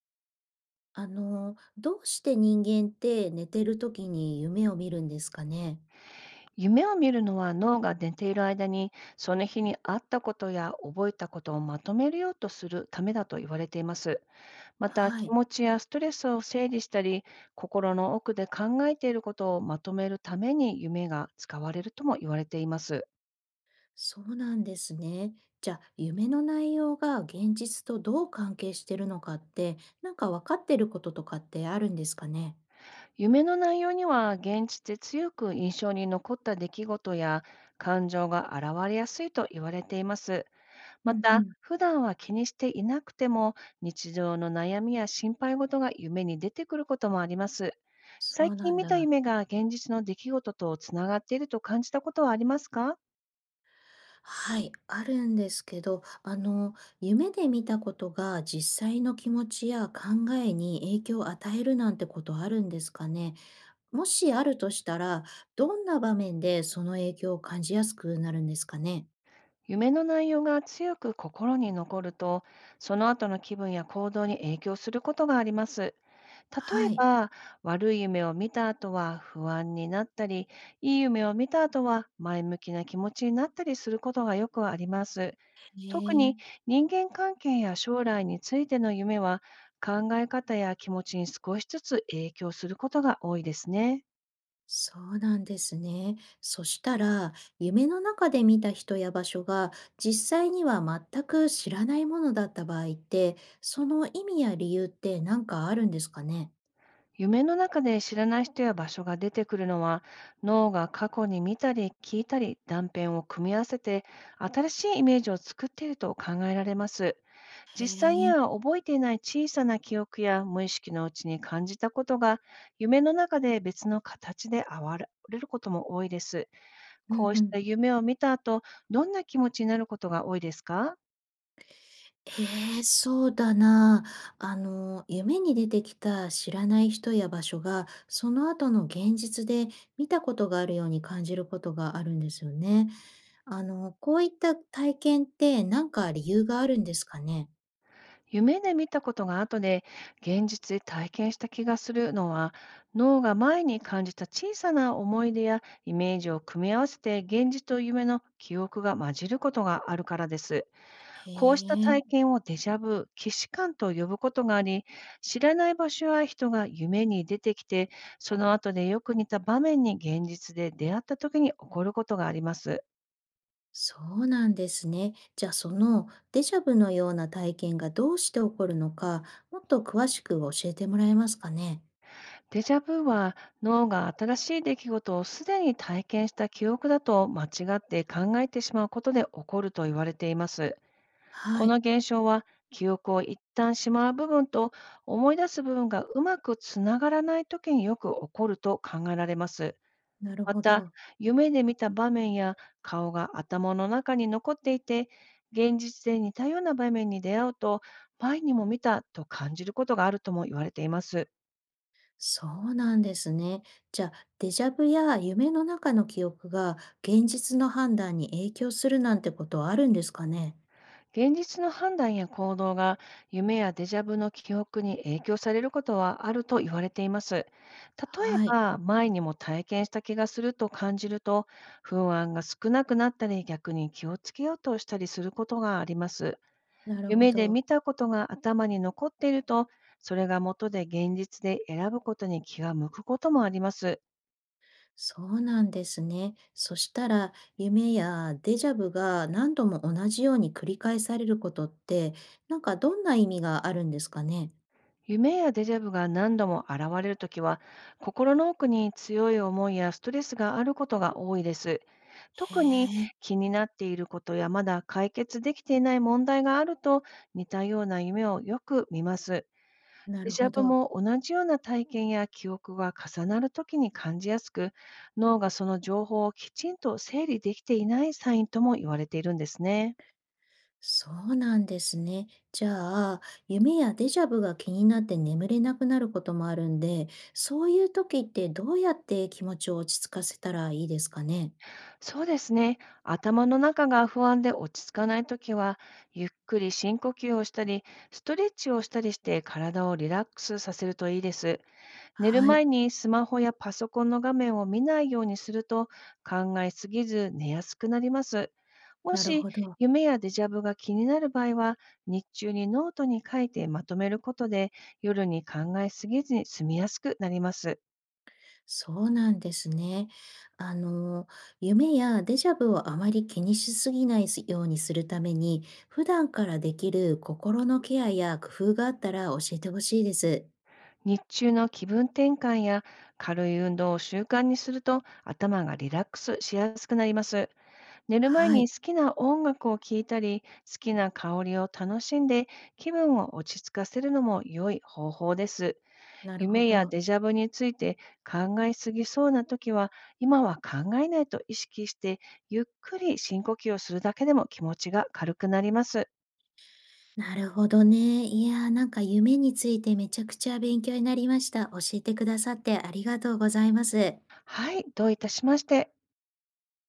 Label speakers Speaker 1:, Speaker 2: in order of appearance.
Speaker 1: どうして人間って寝てる時に夢を見るんですかね。
Speaker 2: 夢を見るのは脳が寝ている間にその日にあったことや覚えたことをまとめようとするためだと言われています。また、
Speaker 1: は
Speaker 2: 気
Speaker 1: い、
Speaker 2: 持ちやストレスを整理したり、心の奥で考えていることをまとめるために夢が使われるとも言われています。
Speaker 1: そうなんですね。じゃあ、夢の内容が現実とどう関係してるのかって、なんか分かってることとかってあるんですかね。
Speaker 2: 夢の内容には現実で強く印象に残った出来事や感情が現れやすいと言われています。
Speaker 1: う
Speaker 2: ま
Speaker 1: んう
Speaker 2: た、
Speaker 1: ん、
Speaker 2: 普段は気にしていなくても、日常の悩みや心配事が夢に出てくることもあります。
Speaker 1: そ
Speaker 2: 最
Speaker 1: うな
Speaker 2: 近
Speaker 1: ん
Speaker 2: 見た
Speaker 1: だ。
Speaker 2: 夢が現実の出来事とつながっていると感じたことはありますか？
Speaker 1: はい、あるんですけど、夢で見たことが実際の気持ちや考えに影響を与えるなんてことあるんですかね。もしあるとしたら、どんな場面でその影響を感じやすくなるんですかね？
Speaker 2: 夢の内容が強く心に残ると、その後の気分や行動に影響することがあります。例え
Speaker 1: はい。
Speaker 2: ば、悪い夢を見た後は不安になったり、いい夢を見た後は前向きな気持ちになったりすることがよくあります。
Speaker 1: へ
Speaker 2: 特
Speaker 1: え、
Speaker 2: に、人間関係や将来についての夢は、考え方や気持ちに少しずつ影響することが多いですね。
Speaker 1: そうなんですね。そしたら、夢の中で見た人や場所が実際には全く知らないものだった場合って、その意味や理由って何かあるんですかね？
Speaker 2: 夢の中で知らない人や場所が出てくるのは、脳が過去に見たり聞いたり断片を組み合わせて新しいイメージを作っていると考えられます。
Speaker 1: へ
Speaker 2: 実際に
Speaker 1: え、
Speaker 2: は覚えていない小さな記憶や無意識のうちに感じたことが、夢の中で別の形で現れることも多いです。
Speaker 1: うん
Speaker 2: こう
Speaker 1: う
Speaker 2: し
Speaker 1: ん。
Speaker 2: た夢を見た後、どんな気持ちになることが多いですか？
Speaker 1: へえ、そうだな。夢に出てきた知らない人や場所が、その後の現実で見たことがあるように感じることがあるんですよね。こういった体験って何か理由があるんですかね。
Speaker 2: 夢で見たことが後で現実で体験した気がするのは、脳が前に感じた小さな思い出やイメージを組み合わせて、現実と夢の記憶が混じることがあるからです。
Speaker 1: へ
Speaker 2: こうした体
Speaker 1: え、
Speaker 2: 験をデジャブ、既視感と呼ぶことがあり、知らない場所や人が夢に出てきて、その後でよく似た場面に現実で出会った時に起こることがあります。
Speaker 1: そうなんですね。じゃあ、そのデジャブのような体験がどうして起こるのか、もっと詳しく教えてもらえますかね。
Speaker 2: デジャブは、脳が新しい出来事をすでに体験した記憶だと間違って考えてしまうことで起こると言われています。
Speaker 1: は
Speaker 2: この
Speaker 1: い、
Speaker 2: 現象は、記憶を一旦しまう部分と思い出す部分がうまくつながらない時によく起こると考えられます。
Speaker 1: なる
Speaker 2: ま
Speaker 1: ほ
Speaker 2: た、
Speaker 1: ど。
Speaker 2: 夢で見た場面や顔が頭の中に残っていて、現実で似たような場面に出会うと、前にも見たと感じることがあるとも言われています。
Speaker 1: そうなんですね。じゃあ、デジャブや夢の中の記憶が現実の判断に影響するなんてことはあるんですかね。
Speaker 2: 現実の判断や行動が、夢やデジャブの記憶に影響されることはあると言われています。例え
Speaker 1: はい、
Speaker 2: ば、前にも体験した気がすると感じると、不安が少なくなったり、逆に気をつけようとしたりすることがあります。
Speaker 1: なるほ
Speaker 2: 夢で
Speaker 1: ど。
Speaker 2: 見たことが頭に残っていると、それが元で現実で選ぶことに気が向くこともあります。
Speaker 1: そうなんですね。そしたら、夢やデジャブが何度も同じように繰り返されることって、なんかどんな意味があるんですかね。
Speaker 2: 夢やデジャブが何度も現れるときは、心の奥に強い思いやストレスがあることが多いです。
Speaker 1: へ
Speaker 2: 特に、
Speaker 1: え、
Speaker 2: 気になっていることやまだ解決できていない問題があると、似たような夢をよく見ます。
Speaker 1: な
Speaker 2: デ
Speaker 1: る
Speaker 2: ジャ
Speaker 1: ほ
Speaker 2: ブ
Speaker 1: ど。
Speaker 2: も、同じような体験や記憶が重なるときに感じやすく、脳がその情報をきちんと整理できていないサインとも言われているんですね。
Speaker 1: そうなんですね。じゃあ、夢やデジャブが気になって眠れなくなることもあるんで、そういう時ってどうやって気持ちを落ち着かせたらいいですかね。
Speaker 2: そうですね。頭の中が不安で落ち着かないときは、ゆっくり深呼吸をしたり、ストレッチをしたりして体をリラックスさせるといいです。寝る
Speaker 1: はい、
Speaker 2: 前にスマホやパソコンの画面を見ないようにすると、考えすぎず寝やすくなります。も
Speaker 1: なる
Speaker 2: し
Speaker 1: ほど。
Speaker 2: 夢やデジャブが気になる場合は、日中にノートに書いてまとめることで、夜に考えすぎずに済みやすくなります。
Speaker 1: そうなんですね。あの、夢やデジャブをあまり気にしすぎないようにするために、普段からできる心のケアや工夫があったら教えてほしいです。
Speaker 2: 日中の気分転換や軽い運動を習慣にすると、頭がリラックスしやすくなります。寝る前
Speaker 1: は
Speaker 2: に
Speaker 1: い、
Speaker 2: 好きな音楽を聴いたり、好きな香りを楽しんで気分を落ち着かせるのも良い方法です。
Speaker 1: なるほ
Speaker 2: 夢や
Speaker 1: ど。
Speaker 2: デジャブについて考えすぎそうな時は、今は考えないと意識して、ゆっくり深呼吸をするだけでも気持ちが軽くなります。
Speaker 1: なるほどね。いやー、なんか夢についてめちゃくちゃ勉強になりました。教えてくださってありがとうございます。
Speaker 2: はい、どういたしまして。